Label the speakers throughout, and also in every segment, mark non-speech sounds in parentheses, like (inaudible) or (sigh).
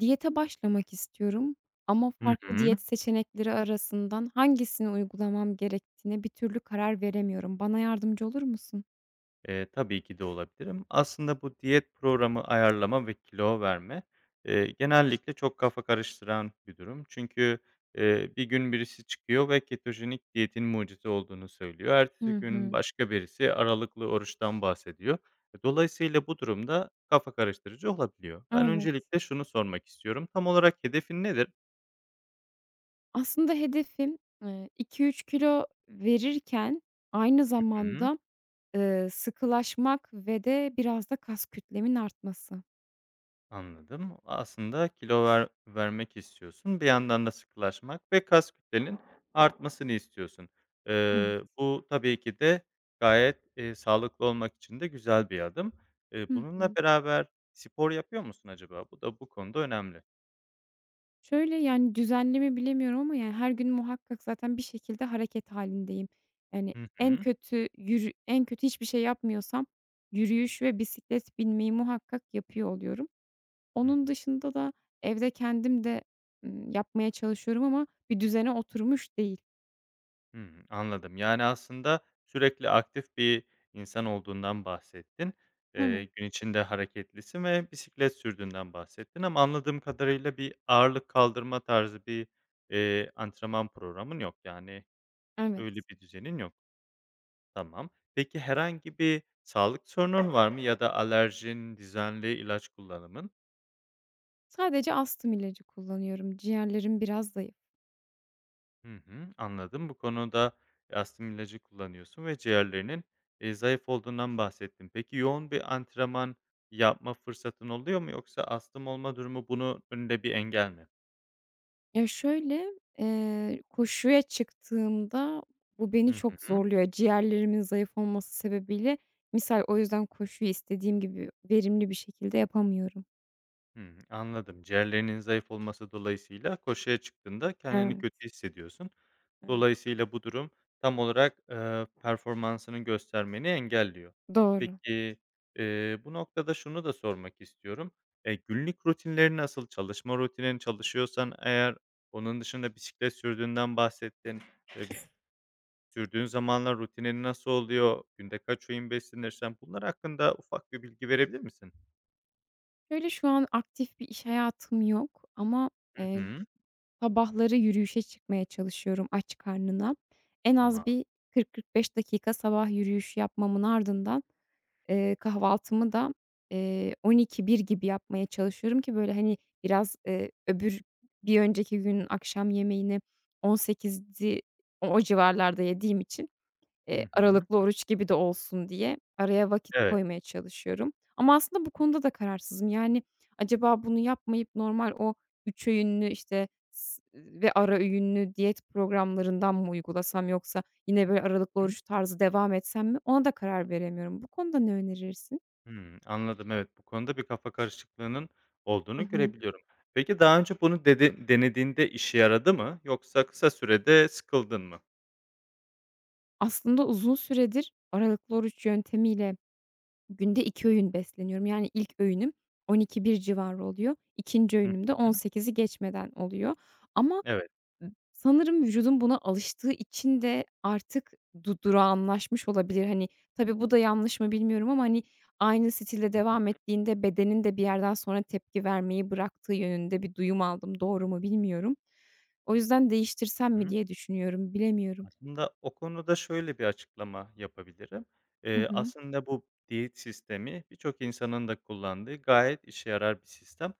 Speaker 1: Diyete başlamak istiyorum ama
Speaker 2: Hı
Speaker 1: farklı
Speaker 2: hı.
Speaker 1: diyet seçenekleri arasından hangisini uygulamam gerektiğine bir türlü karar veremiyorum. Bana yardımcı olur musun?
Speaker 2: Tabii ki de olabilirim. Aslında bu diyet programı ayarlama ve kilo verme, genellikle çok kafa karıştıran bir durum. Çünkü, bir gün birisi çıkıyor ve ketojenik diyetin mucize olduğunu söylüyor.
Speaker 1: Hı
Speaker 2: Ertesi gün
Speaker 1: hı.
Speaker 2: başka birisi aralıklı oruçtan bahsediyor. Dolayısıyla bu durumda kafa karıştırıcı olabiliyor. Ben
Speaker 1: Evet.
Speaker 2: öncelikle şunu sormak istiyorum. Tam olarak hedefin nedir?
Speaker 1: Aslında hedefim, 2-3 kilo verirken aynı
Speaker 2: Hı.
Speaker 1: zamanda, sıkılaşmak ve de biraz da kas kütlemin artması.
Speaker 2: Anladım. Aslında kilo vermek istiyorsun. Bir yandan da sıkılaşmak ve kas kütlenin artmasını istiyorsun.
Speaker 1: Evet.
Speaker 2: Bu tabii ki de gayet, sağlıklı olmak için de güzel bir adım.
Speaker 1: Hı
Speaker 2: Bununla
Speaker 1: hı.
Speaker 2: beraber spor yapıyor musun acaba? Bu da bu konuda önemli.
Speaker 1: Şöyle, yani, düzenli mi bilemiyorum ama, yani, her gün muhakkak zaten bir şekilde hareket halindeyim. Yani,
Speaker 2: Hı
Speaker 1: en
Speaker 2: hı.
Speaker 1: kötü en kötü hiçbir şey yapmıyorsam yürüyüş ve bisiklet binmeyi muhakkak yapıyor oluyorum.
Speaker 2: Hı
Speaker 1: Onun
Speaker 2: hı.
Speaker 1: dışında da evde kendim de, yapmaya çalışıyorum ama bir düzene oturmuş değil.
Speaker 2: Hımm, anladım. Yani, aslında sürekli aktif bir insan olduğundan bahsettin.
Speaker 1: Hı.
Speaker 2: Gün içinde hareketlisin ve bisiklet sürdüğünden bahsettin ama anladığım kadarıyla bir ağırlık kaldırma tarzı bir antrenman programın yok. Yani, öyle
Speaker 1: Evet.
Speaker 2: bir düzenin yok. Tamam. Peki herhangi bir sağlık sorunun var mı ya da alerjin, düzenli ilaç kullanımın?
Speaker 1: Sadece astım ilacı kullanıyorum. Ciğerlerim biraz zayıf.
Speaker 2: Hı hı, anladım. Bu konuda astım ilacı kullanıyorsun ve ciğerlerinin, zayıf olduğundan bahsettin. Peki yoğun bir antrenman yapma fırsatın oluyor mu yoksa astım olma durumu bunun önünde bir engel mi?
Speaker 1: Ya, şöyle, koşuya çıktığımda bu beni
Speaker 2: Hı
Speaker 1: çok
Speaker 2: hı.
Speaker 1: zorluyor. Ciğerlerimin zayıf olması sebebiyle misal o yüzden koşuyu istediğim gibi verimli bir şekilde yapamıyorum.
Speaker 2: Hımm, anladım. Ciğerlerinin zayıf olması dolayısıyla koşuya çıktığında kendini
Speaker 1: Evet,
Speaker 2: kötü hissediyorsun.
Speaker 1: evet.
Speaker 2: Dolayısıyla bu durum tam olarak, performansını göstermeni engelliyor.
Speaker 1: Doğru.
Speaker 2: Peki, bu noktada şunu da sormak istiyorum. Günlük rutinleri nasıl? Çalışma rutinin çalışıyorsan eğer, onun dışında bisiklet sürdüğünden bahsettin. Eee, Sürdüğün zamanlar rutinin nasıl oluyor? Günde kaç öğün beslenirsen bunlar hakkında ufak bir bilgi verebilir misin?
Speaker 1: Şöyle, şu an aktif bir iş hayatım yok ama,
Speaker 2: Hı
Speaker 1: eee,
Speaker 2: hı.
Speaker 1: sabahları yürüyüşe çıkmaya çalışıyorum aç karnına. En az
Speaker 2: Tamam.
Speaker 1: bir 40-45 dakika sabah yürüyüşü yapmamın ardından kahvaltımı da, 12-1 gibi yapmaya çalışıyorum ki böyle, hani, biraz, bir önceki günün akşam yemeğini 18'di o civarlarda yediğim için
Speaker 2: Hı hı.
Speaker 1: Aralıklı oruç gibi de olsun diye araya vakit
Speaker 2: Evet.
Speaker 1: koymaya çalışıyorum. Ama aslında bu konuda da kararsızım. Yani, acaba bunu yapmayıp normal o 3 öğünlü, işte, ve ara öğünlü diyet programlarından mı uygulasam yoksa yine böyle aralıklı oruç tarzı devam etsem mi? Ona da karar veremiyorum. Bu konuda ne önerirsin?
Speaker 2: Hımm, anladım. Evet, bu konuda bir kafa karışıklığının
Speaker 1: Hı
Speaker 2: olduğunu
Speaker 1: hı.
Speaker 2: görebiliyorum. Peki, daha önce bunu denediğinde işe yaradı mı yoksa kısa sürede sıkıldın mı?
Speaker 1: Aslında uzun süredir aralıklı oruç yöntemiyle günde 2 öğün besleniyorum. Yani ilk öğünüm 12:00-13:00 civarı oluyor. 2'nci
Speaker 2: Hı
Speaker 1: öğünüm de
Speaker 2: hı.
Speaker 1: 18'i geçmeden oluyor ama
Speaker 2: Evet.
Speaker 1: Sanırım vücudum buna alıştığı için de artık durağanlaşmış olabilir. Hani, tabii bu da yanlış mı bilmiyorum ama, hani, aynı stilde devam
Speaker 2: Hı
Speaker 1: ettiğinde bedenin de bir yerden sonra tepki vermeyi bıraktığı yönünde bir duyum aldım. Doğru mu bilmiyorum. O yüzden değiştirsem mi
Speaker 2: hı.
Speaker 1: diye düşünüyorum. Bilemiyorum.
Speaker 2: Aslında o konuda şöyle bir açıklama yapabilirim.
Speaker 1: Hı hı.
Speaker 2: Aslında bu diyet sistemi birçok insanın da kullandığı gayet işe yarar bir sistem.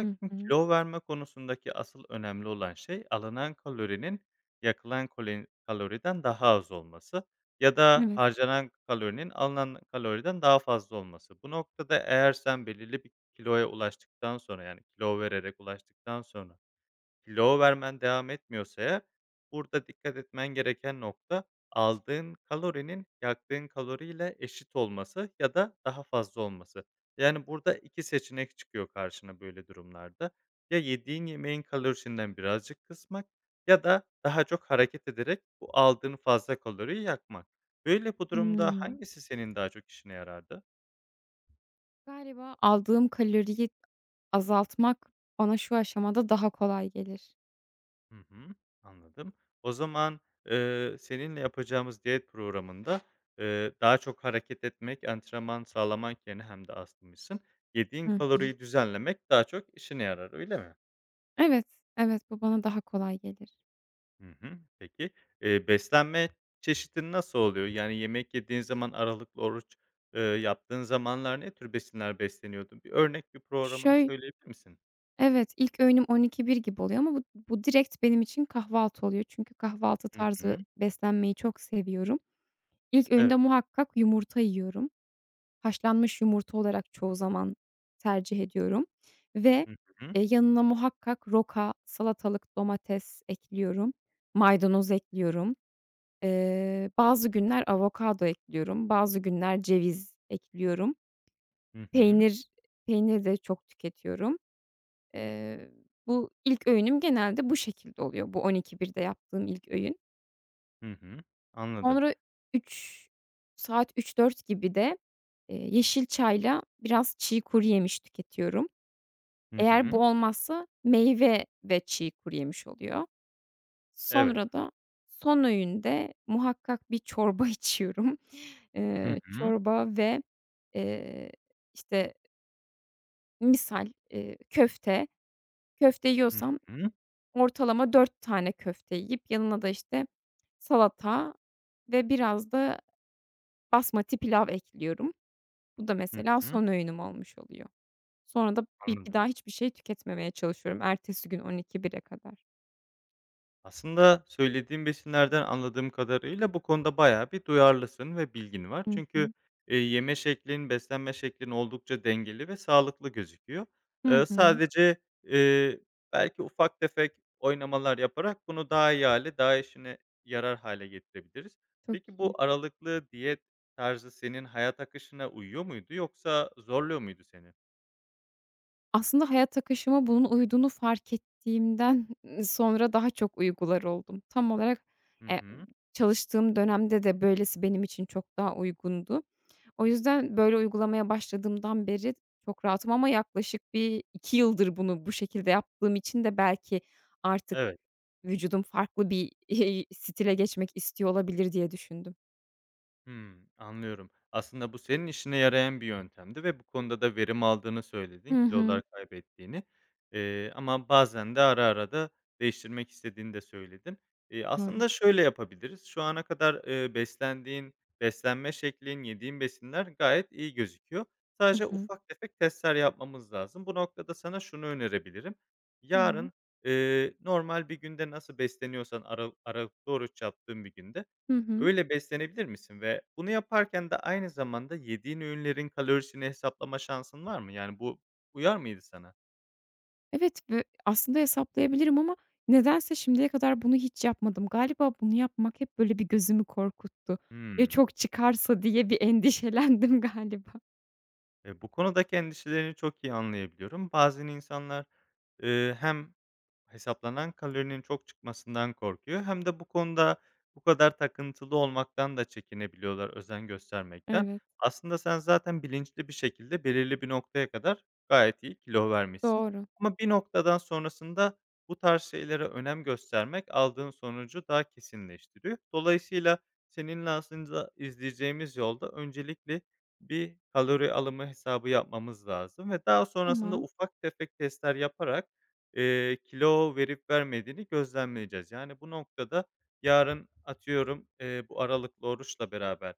Speaker 1: Hı hı.
Speaker 2: kilo verme konusundaki asıl önemli olan şey alınan kalorinin yakılan kaloriden daha az olması ya da
Speaker 1: Evet.
Speaker 2: harcanan kalorinin alınan kaloriden daha fazla olması. Bu noktada eğer sen belirli bir kiloya ulaştıktan sonra yani kilo vererek ulaştıktan sonra kilo vermen devam etmiyorsa eğer, burada dikkat etmen gereken nokta aldığın kalorinin yaktığın kaloriyle eşit olması ya da daha fazla olması. Yani, burada 2 seçenek çıkıyor karşına böyle durumlarda. Ya yediğin yemeğin kalorisinden birazcık kısmak ya da daha çok hareket ederek bu aldığın fazla kaloriyi yakmak. Böyle, bu durumda
Speaker 1: Hımm.
Speaker 2: hangisi senin daha çok işine yarardı?
Speaker 1: Galiba aldığım kaloriyi azaltmak bana şu aşamada daha kolay gelir.
Speaker 2: Hı hı, anladım. O zaman, seninle yapacağımız diyet programında, daha çok hareket etmek, antrenman sağlamak yerine hem de azmışsın. Yediğin
Speaker 1: Hıh.
Speaker 2: kaloriyi düzenlemek daha çok işine yarar, öyle mi?
Speaker 1: Evet, evet, bu bana daha kolay gelir.
Speaker 2: Hı hı. Peki, beslenme çeşitin nasıl oluyor? Yani yemek yediğin zaman aralıklı oruç, yaptığın zamanlar ne tür besinler besleniyordun? Bir örnek bir programını
Speaker 1: Şöy
Speaker 2: söyleyebilir misin?
Speaker 1: Evet, ilk öğünüm 12-1 gibi oluyor ama bu direkt benim için kahvaltı oluyor. Çünkü kahvaltı
Speaker 2: Hı
Speaker 1: tarzı
Speaker 2: hı.
Speaker 1: beslenmeyi çok seviyorum. İlk
Speaker 2: Evet.
Speaker 1: öğünde muhakkak yumurta yiyorum. Haşlanmış yumurta olarak çoğu zaman tercih ediyorum ve,
Speaker 2: Hı hı.
Speaker 1: yanına muhakkak roka, salatalık, domates ekliyorum, maydanoz ekliyorum. Bazı günler avokado ekliyorum, bazı günler ceviz ekliyorum.
Speaker 2: Hı hı.
Speaker 1: Peynir peynir de çok tüketiyorum. Eee, bu ilk öğünüm genelde bu şekilde oluyor. Bu on iki birde yaptığım ilk öğün.
Speaker 2: Hı hı. Anladım.
Speaker 1: Sonra 3 saat üç dört gibi de, yeşil çayla biraz çiğ kuruyemiş tüketiyorum.
Speaker 2: Hı
Speaker 1: Eğer
Speaker 2: hı.
Speaker 1: bu olmazsa meyve ve çiğ kuruyemiş oluyor.
Speaker 2: Evet.
Speaker 1: Sonra da son öğünde muhakkak bir çorba (laughs) içiyorum.
Speaker 2: Hı hı.
Speaker 1: Çorba ve, eee, işte, misal, köfte. Köfte
Speaker 2: Hı
Speaker 1: yiyorsam
Speaker 2: hı.
Speaker 1: ortalama 4 tane köfte yiyip yanına da, işte, salata ve biraz da basmati pilav ekliyorum. Bu da
Speaker 2: Hı
Speaker 1: mesela
Speaker 2: hı.
Speaker 1: son öğünüm olmuş oluyor. Sonra da bir
Speaker 2: Anladım.
Speaker 1: daha hiçbir şey tüketmemeye çalışıyorum ertesi gün 00:00-01:00'e kadar.
Speaker 2: Aslında söylediğim besinlerden anladığım kadarıyla bu konuda bayağı bir duyarlısın ve bilgin var.
Speaker 1: Hı
Speaker 2: Çünkü,
Speaker 1: hı.
Speaker 2: eee, yeme şeklin, beslenme şeklin oldukça dengeli ve sağlıklı gözüküyor.
Speaker 1: Hı
Speaker 2: Eee,
Speaker 1: hı.
Speaker 2: sadece, eee, belki ufak tefek oynamalar yaparak bunu daha iyi hale, daha işine yarar hale getirebiliriz.
Speaker 1: Çok
Speaker 2: Peki
Speaker 1: iyi.
Speaker 2: bu aralıklı diyet tarzı senin hayat akışına uyuyor muydu yoksa zorluyor muydu seni?
Speaker 1: Aslında hayat akışıma bunun uyduğunu fark ettiğimden (laughs) sonra daha çok uygular oldum. Tam olarak,
Speaker 2: Hı
Speaker 1: eee,
Speaker 2: hı.
Speaker 1: çalıştığım dönemde de böylesi benim için çok daha uygundu. O yüzden böyle uygulamaya başladığımdan beri çok rahatım ama yaklaşık bir 2 yıldır bunu bu şekilde yaptığım için de belki artık
Speaker 2: Evet.
Speaker 1: vücudum farklı bir, (laughs) stile geçmek istiyor olabilir diye düşündüm.
Speaker 2: Hımm, anlıyorum. Aslında bu senin işine yarayan bir yöntemdi ve bu konuda da verim aldığını söyledin,
Speaker 1: Hı hı.
Speaker 2: kilolar kaybettiğini. Ama bazen de ara ara da değiştirmek istediğini de söyledin.
Speaker 1: Doğru.
Speaker 2: Aslında şöyle yapabiliriz, şu ana kadar, beslendiğin, beslenme şeklin, yediğin besinler gayet iyi gözüküyor.
Speaker 1: Hı
Speaker 2: Sadece
Speaker 1: hı.
Speaker 2: ufak tefek testler yapmamız lazım. Bu noktada sana şunu önerebilirim.
Speaker 1: Hı hı.
Speaker 2: Yarın, normal bir günde nasıl besleniyorsan, ara aralıklı oruç yaptığın bir günde
Speaker 1: Hı hı.
Speaker 2: öyle beslenebilir misin ve bunu yaparken de aynı zamanda yediğin öğünlerin kalorisini hesaplama şansın var mı? Yani bu uyar mıydı sana?
Speaker 1: Evet ve aslında hesaplayabilirim ama nedense şimdiye kadar bunu hiç yapmadım. Galiba bunu yapmak hep böyle bir gözümü korkuttu. Ya
Speaker 2: Hıı.
Speaker 1: çok çıkarsa diye bir (laughs) endişelendim galiba.
Speaker 2: Bu konuda endişelerini çok iyi anlayabiliyorum. Bazen insanlar, hem hesaplanan kalorinin çok çıkmasından korkuyor hem de bu konuda bu kadar takıntılı olmaktan da çekinebiliyorlar, özen göstermekten.
Speaker 1: Evet,
Speaker 2: Aslında sen zaten bilinçli bir şekilde belirli bir noktaya kadar gayet iyi kilo vermişsin
Speaker 1: doğru.
Speaker 2: ama bir noktadan sonrasında bu tarz şeylere önem göstermek aldığın sonucu daha kesinleştiriyor. Dolayısıyla seninle aslında izleyeceğimiz yolda öncelikle bir kalori alımı hesabı yapmamız lazım ve daha sonrasında
Speaker 1: Tamam.
Speaker 2: ufak tefek testler yaparak, kilo verip vermediğini gözlemleyeceğiz. Yani, bu noktada yarın atıyorum, bu aralıklı oruçla beraber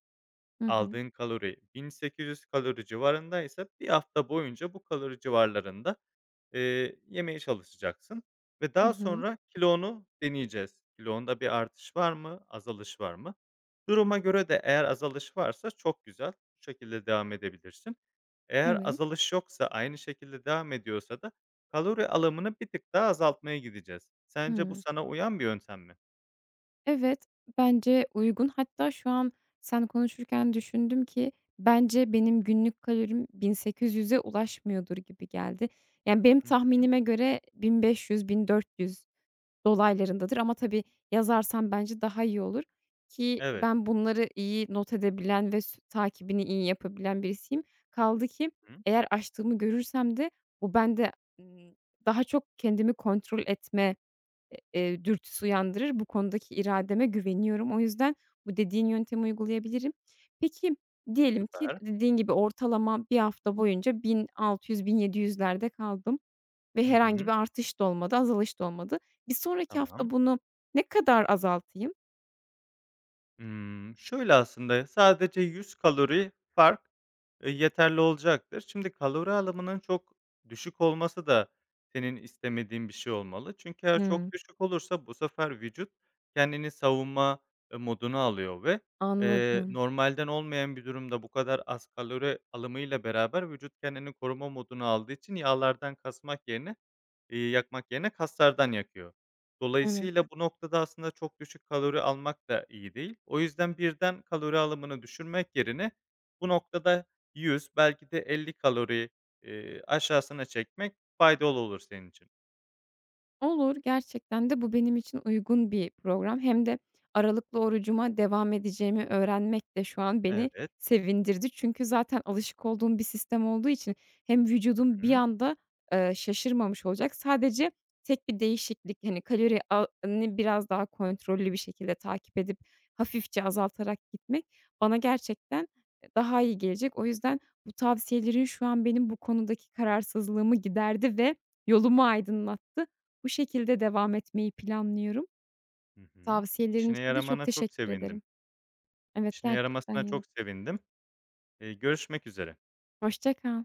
Speaker 1: Hı hı.
Speaker 2: aldığın kalori 1800 kalori civarındaysa bir hafta boyunca bu kalori civarlarında yemeye çalışacaksın ve
Speaker 1: Hı
Speaker 2: daha
Speaker 1: hı.
Speaker 2: sonra kilonu deneyeceğiz. Kilonda bir artış var mı, azalış var mı? Duruma göre de eğer azalış varsa çok güzel, bu şekilde devam edebilirsin. Eğer
Speaker 1: Evet.
Speaker 2: azalış yoksa, aynı şekilde devam ediyorsa da kalori alımını bir tık daha azaltmaya gideceğiz. Sence bu
Speaker 1: Hıı.
Speaker 2: sana uyan bir yöntem mi?
Speaker 1: Evet, bence uygun. Hatta şu an sen konuşurken düşündüm ki bence benim günlük kalorim 1800'e ulaşmıyordur gibi geldi. Yani benim
Speaker 2: Hı.
Speaker 1: tahminime göre 1500-1400 dolaylarındadır ama tabii yazarsan bence daha iyi olur ki
Speaker 2: Evet.
Speaker 1: ben bunları iyi not edebilen ve takibini iyi yapabilen birisiyim. Kaldı ki
Speaker 2: Hı.
Speaker 1: eğer açtığımı görürsem de bu bende, ımm, daha çok kendimi kontrol etme, dürtüsü uyandırır. Bu konudaki irademe güveniyorum. O yüzden bu dediğin yöntemi uygulayabilirim. Peki, diyelim ki
Speaker 2: Süper.
Speaker 1: dediğin gibi ortalama bir hafta boyunca 1600-1700'lerde kaldım. Ve
Speaker 2: Hı
Speaker 1: herhangi
Speaker 2: hı.
Speaker 1: bir artış da olmadı, azalış da olmadı. Bir sonraki hafta
Speaker 2: Tamam.
Speaker 1: bunu ne kadar azaltayım?
Speaker 2: Şöyle aslında, sadece 100 kalori fark, yeterli olacaktır. Şimdi kalori alımının çok düşük olması da senin istemediğin bir şey olmalı. Çünkü eğer
Speaker 1: Hımm.
Speaker 2: çok düşük olursa bu sefer vücut kendini savunma, moduna alıyor ve,
Speaker 1: Anladım.
Speaker 2: normalden olmayan bir durumda bu kadar az kalori alımıyla beraber vücut kendini koruma moduna aldığı için yağlardan kasmak yerine yakmak yerine kaslardan yakıyor.
Speaker 1: Evet.
Speaker 2: Dolayısıyla bu noktada aslında çok düşük kalori almak da iyi değil. O yüzden birden kalori alımını düşürmek yerine bu noktada 100 belki de 50 kalori, aşağısına çekmek faydalı olur senin için.
Speaker 1: Olur, gerçekten de bu benim için uygun bir program. Hem de aralıklı orucuma devam edeceğimi öğrenmek de şu an beni
Speaker 2: Evet.
Speaker 1: sevindirdi. Çünkü zaten alışık olduğum bir sistem olduğu için hem vücudum bir
Speaker 2: Hı.
Speaker 1: anda, şaşırmamış olacak. Sadece tek bir değişiklik, hani, kalori a ni biraz daha kontrollü bir şekilde takip edip hafifçe azaltarak gitmek bana gerçekten, daha iyi gelecek. O yüzden bu tavsiyelerin şu an benim bu konudaki kararsızlığımı giderdi ve yolumu aydınlattı. Bu şekilde devam etmeyi planlıyorum.
Speaker 2: Hı hı.
Speaker 1: Tavsiyelerin
Speaker 2: İşine
Speaker 1: için de çok
Speaker 2: yaramana çok
Speaker 1: teşekkür
Speaker 2: sevindim.
Speaker 1: ederim. Evet,
Speaker 2: İşine
Speaker 1: gerçekten
Speaker 2: yaramasına çok
Speaker 1: yaradı.
Speaker 2: sevindim. Görüşmek üzere.
Speaker 1: Hoşça kal.